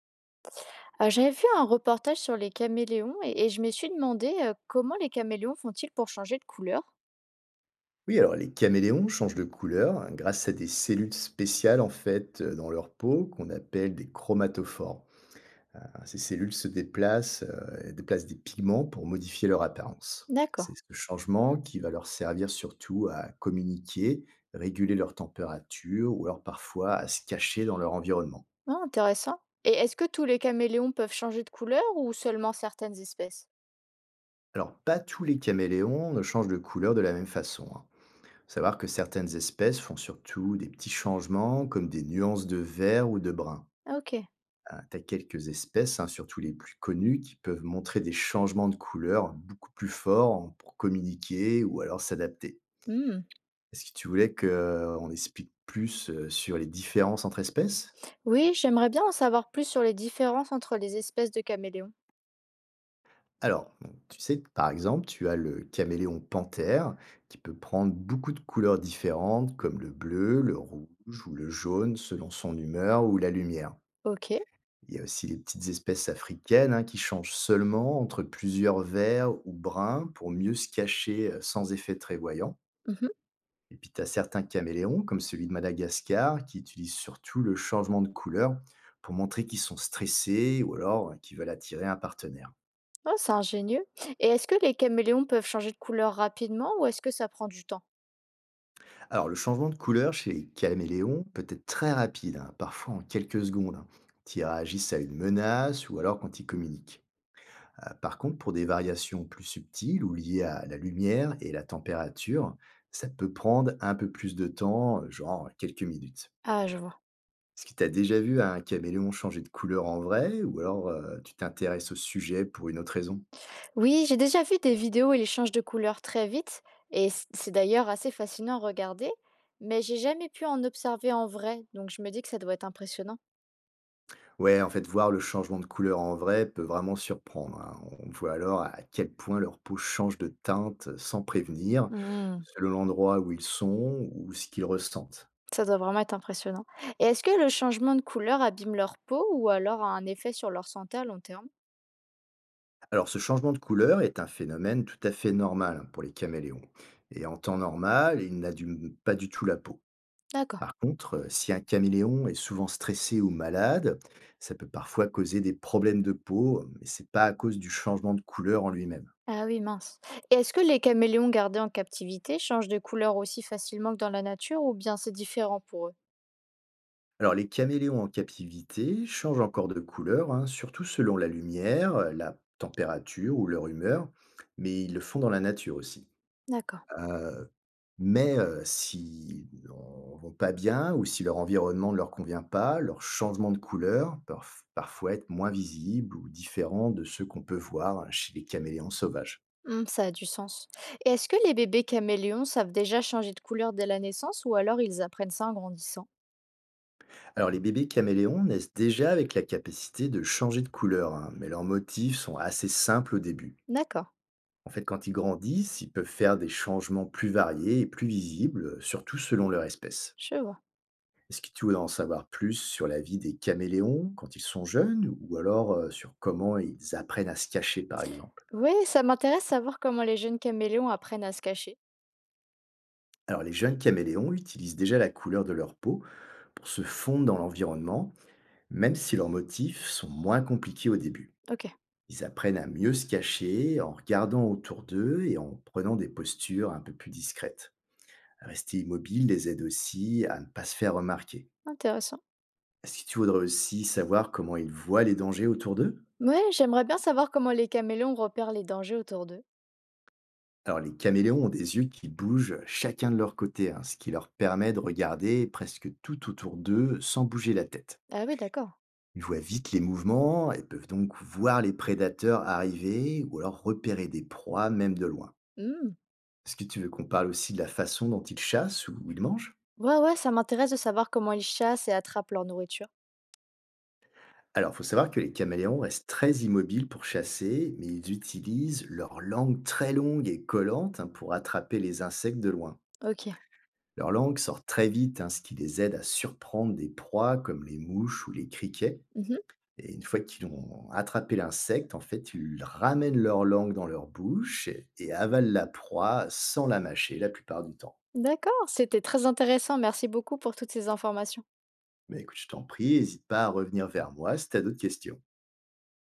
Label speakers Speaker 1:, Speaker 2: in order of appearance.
Speaker 1: J'avais vu un reportage sur les caméléons et je me suis demandé, comment les caméléons font-ils pour changer de couleur?
Speaker 2: Oui, alors les caméléons changent de couleur hein, grâce à des cellules spéciales en fait dans leur peau qu'on appelle des chromatophores. Ah, ces cellules se déplacent, et déplacent des pigments pour modifier leur apparence.
Speaker 1: D'accord.
Speaker 2: C'est ce changement qui va leur servir surtout à communiquer, réguler leur température ou alors parfois à se cacher dans leur environnement.
Speaker 1: Ah, intéressant. Et est-ce que tous les caméléons peuvent changer de couleur ou seulement certaines espèces?
Speaker 2: Alors pas tous les caméléons ne changent de couleur de la même façon, hein. Faut savoir que certaines espèces font surtout des petits changements comme des nuances de vert ou de brun.
Speaker 1: Ah, OK.
Speaker 2: Ah, tu as quelques espèces, hein, surtout les plus connues, qui peuvent montrer des changements de couleur beaucoup plus forts pour communiquer ou alors s'adapter.
Speaker 1: Mmh.
Speaker 2: Est-ce que tu voulais qu'on explique plus sur les différences entre espèces?
Speaker 1: Oui, j'aimerais bien en savoir plus sur les différences entre les espèces de caméléons.
Speaker 2: Alors, bon, tu sais, par exemple, tu as le caméléon panthère qui peut prendre beaucoup de couleurs différentes comme le bleu, le rouge ou le jaune selon son humeur ou la lumière.
Speaker 1: OK.
Speaker 2: Il y a aussi les petites espèces africaines hein, qui changent seulement entre plusieurs verts ou bruns pour mieux se cacher sans effet très voyant.
Speaker 1: Mmh.
Speaker 2: Et puis tu as certains caméléons, comme celui de Madagascar, qui utilisent surtout le changement de couleur pour montrer qu'ils sont stressés ou alors qu'ils veulent attirer un partenaire.
Speaker 1: Oh, c'est ingénieux. Et est-ce que les caméléons peuvent changer de couleur rapidement ou est-ce que ça prend du temps?
Speaker 2: Alors le changement de couleur chez les caméléons peut être très rapide, hein, parfois en quelques secondes, hein, quand ils réagissent à une menace ou alors quand ils communiquent. Par contre, pour des variations plus subtiles ou liées à la lumière et la température, ça peut prendre un peu plus de temps, genre quelques minutes.
Speaker 1: Ah, je vois.
Speaker 2: Est-ce que tu as déjà vu un caméléon changer de couleur en vrai ou alors tu t'intéresses au sujet pour une autre raison?
Speaker 1: Oui, j'ai déjà vu des vidéos où il change de couleur très vite, et c'est d'ailleurs assez fascinant à regarder, mais j'ai jamais pu en observer en vrai, donc je me dis que ça doit être impressionnant.
Speaker 2: Ouais, en fait, voir le changement de couleur en vrai peut vraiment surprendre, hein. On voit alors à quel point leur peau change de teinte sans prévenir,
Speaker 1: Hmm,
Speaker 2: selon l'endroit où ils sont ou ce qu'ils ressentent.
Speaker 1: ça doit vraiment être impressionnant. Et est-ce que le changement de couleur abîme leur peau ou alors a un effet sur leur santé à long terme?
Speaker 2: Alors, ce changement de couleur est un phénomène tout à fait normal hein, pour les caméléons. Et en temps normal, il n'a pas du tout la peau.
Speaker 1: D'accord.
Speaker 2: Par contre, si un caméléon est souvent stressé ou malade, ça peut parfois causer des problèmes de peau, mais c'est pas à cause du changement de couleur en lui-même.
Speaker 1: Ah oui, mince. Et est-ce que les caméléons gardés en captivité changent de couleur aussi facilement que dans la nature ou bien c'est différent pour eux?
Speaker 2: Alors, les caméléons en captivité changent encore de couleur, hein, surtout selon la lumière, la température ou leur humeur, mais ils le font dans la nature aussi.
Speaker 1: D'accord.
Speaker 2: Euh, Mais s'ils n'en vont pas bien ou si leur environnement ne leur convient pas, leurs changements de couleur peuvent parfois être moins visibles ou différents de ceux qu'on peut voir hein, chez les caméléons sauvages.
Speaker 1: Mmh, ça a du sens. Et est-ce que les bébés caméléons savent déjà changer de couleur dès la naissance ou alors ils apprennent ça en grandissant?
Speaker 2: Alors les bébés caméléons naissent déjà avec la capacité de changer de couleur, hein, mais leurs motifs sont assez simples au début.
Speaker 1: D'accord,
Speaker 2: En fait, quand ils grandissent, ils peuvent faire des changements plus variés et plus visibles, surtout selon leur espèce.
Speaker 1: je vois.
Speaker 2: Est-ce que tu voudrais en savoir plus sur la vie des caméléons quand ils sont jeunes ou alors sur comment ils apprennent à se cacher par exemple?
Speaker 1: Oui, ça m'intéresse savoir comment les jeunes caméléons apprennent à se cacher.
Speaker 2: Alors les jeunes caméléons utilisent déjà la couleur de leur peau pour se fondre dans l'environnement, même si leurs motifs sont moins compliqués au début.
Speaker 1: Ok,
Speaker 2: Ils apprennent à mieux se cacher en regardant autour d'eux et en prenant des postures un peu plus discrètes. Rester immobile les aide aussi à ne pas se faire remarquer.
Speaker 1: intéressant.
Speaker 2: Est-ce que tu voudrais aussi savoir comment ils voient les dangers autour d'eux?
Speaker 1: Ouais, j'aimerais bien savoir comment les caméléons repèrent les dangers autour d'eux.
Speaker 2: Alors, les caméléons ont des yeux qui bougent chacun de leur côté, hein, ce qui leur permet de regarder presque tout autour d'eux sans bouger la tête.
Speaker 1: Ah oui, d'accord.
Speaker 2: Ils voient vite les mouvements et peuvent donc voir les prédateurs arriver ou alors repérer des proies même de loin.
Speaker 1: Mmh.
Speaker 2: Est-ce que tu veux qu'on parle aussi de la façon dont ils chassent ou ils mangent?
Speaker 1: Ouais, ouais, ça m'intéresse de savoir comment ils chassent et attrapent leur nourriture.
Speaker 2: Alors, il faut savoir que les caméléons restent très immobiles pour chasser, mais ils utilisent leur langue très longue et collante hein, pour attraper les insectes de loin.
Speaker 1: Ok.
Speaker 2: Leur langue sort très vite, hein, ce qui les aide à surprendre des proies comme les mouches ou les criquets.
Speaker 1: Mhm.
Speaker 2: Et une fois qu'ils ont attrapé l'insecte, en fait, ils ramènent leur langue dans leur bouche et avalent la proie sans la mâcher la plupart du temps.
Speaker 1: D'accord, c'était très intéressant. Merci beaucoup pour toutes ces informations.
Speaker 2: Mais écoute, je t'en prie, n'hésite pas à revenir vers moi si tu as d'autres questions.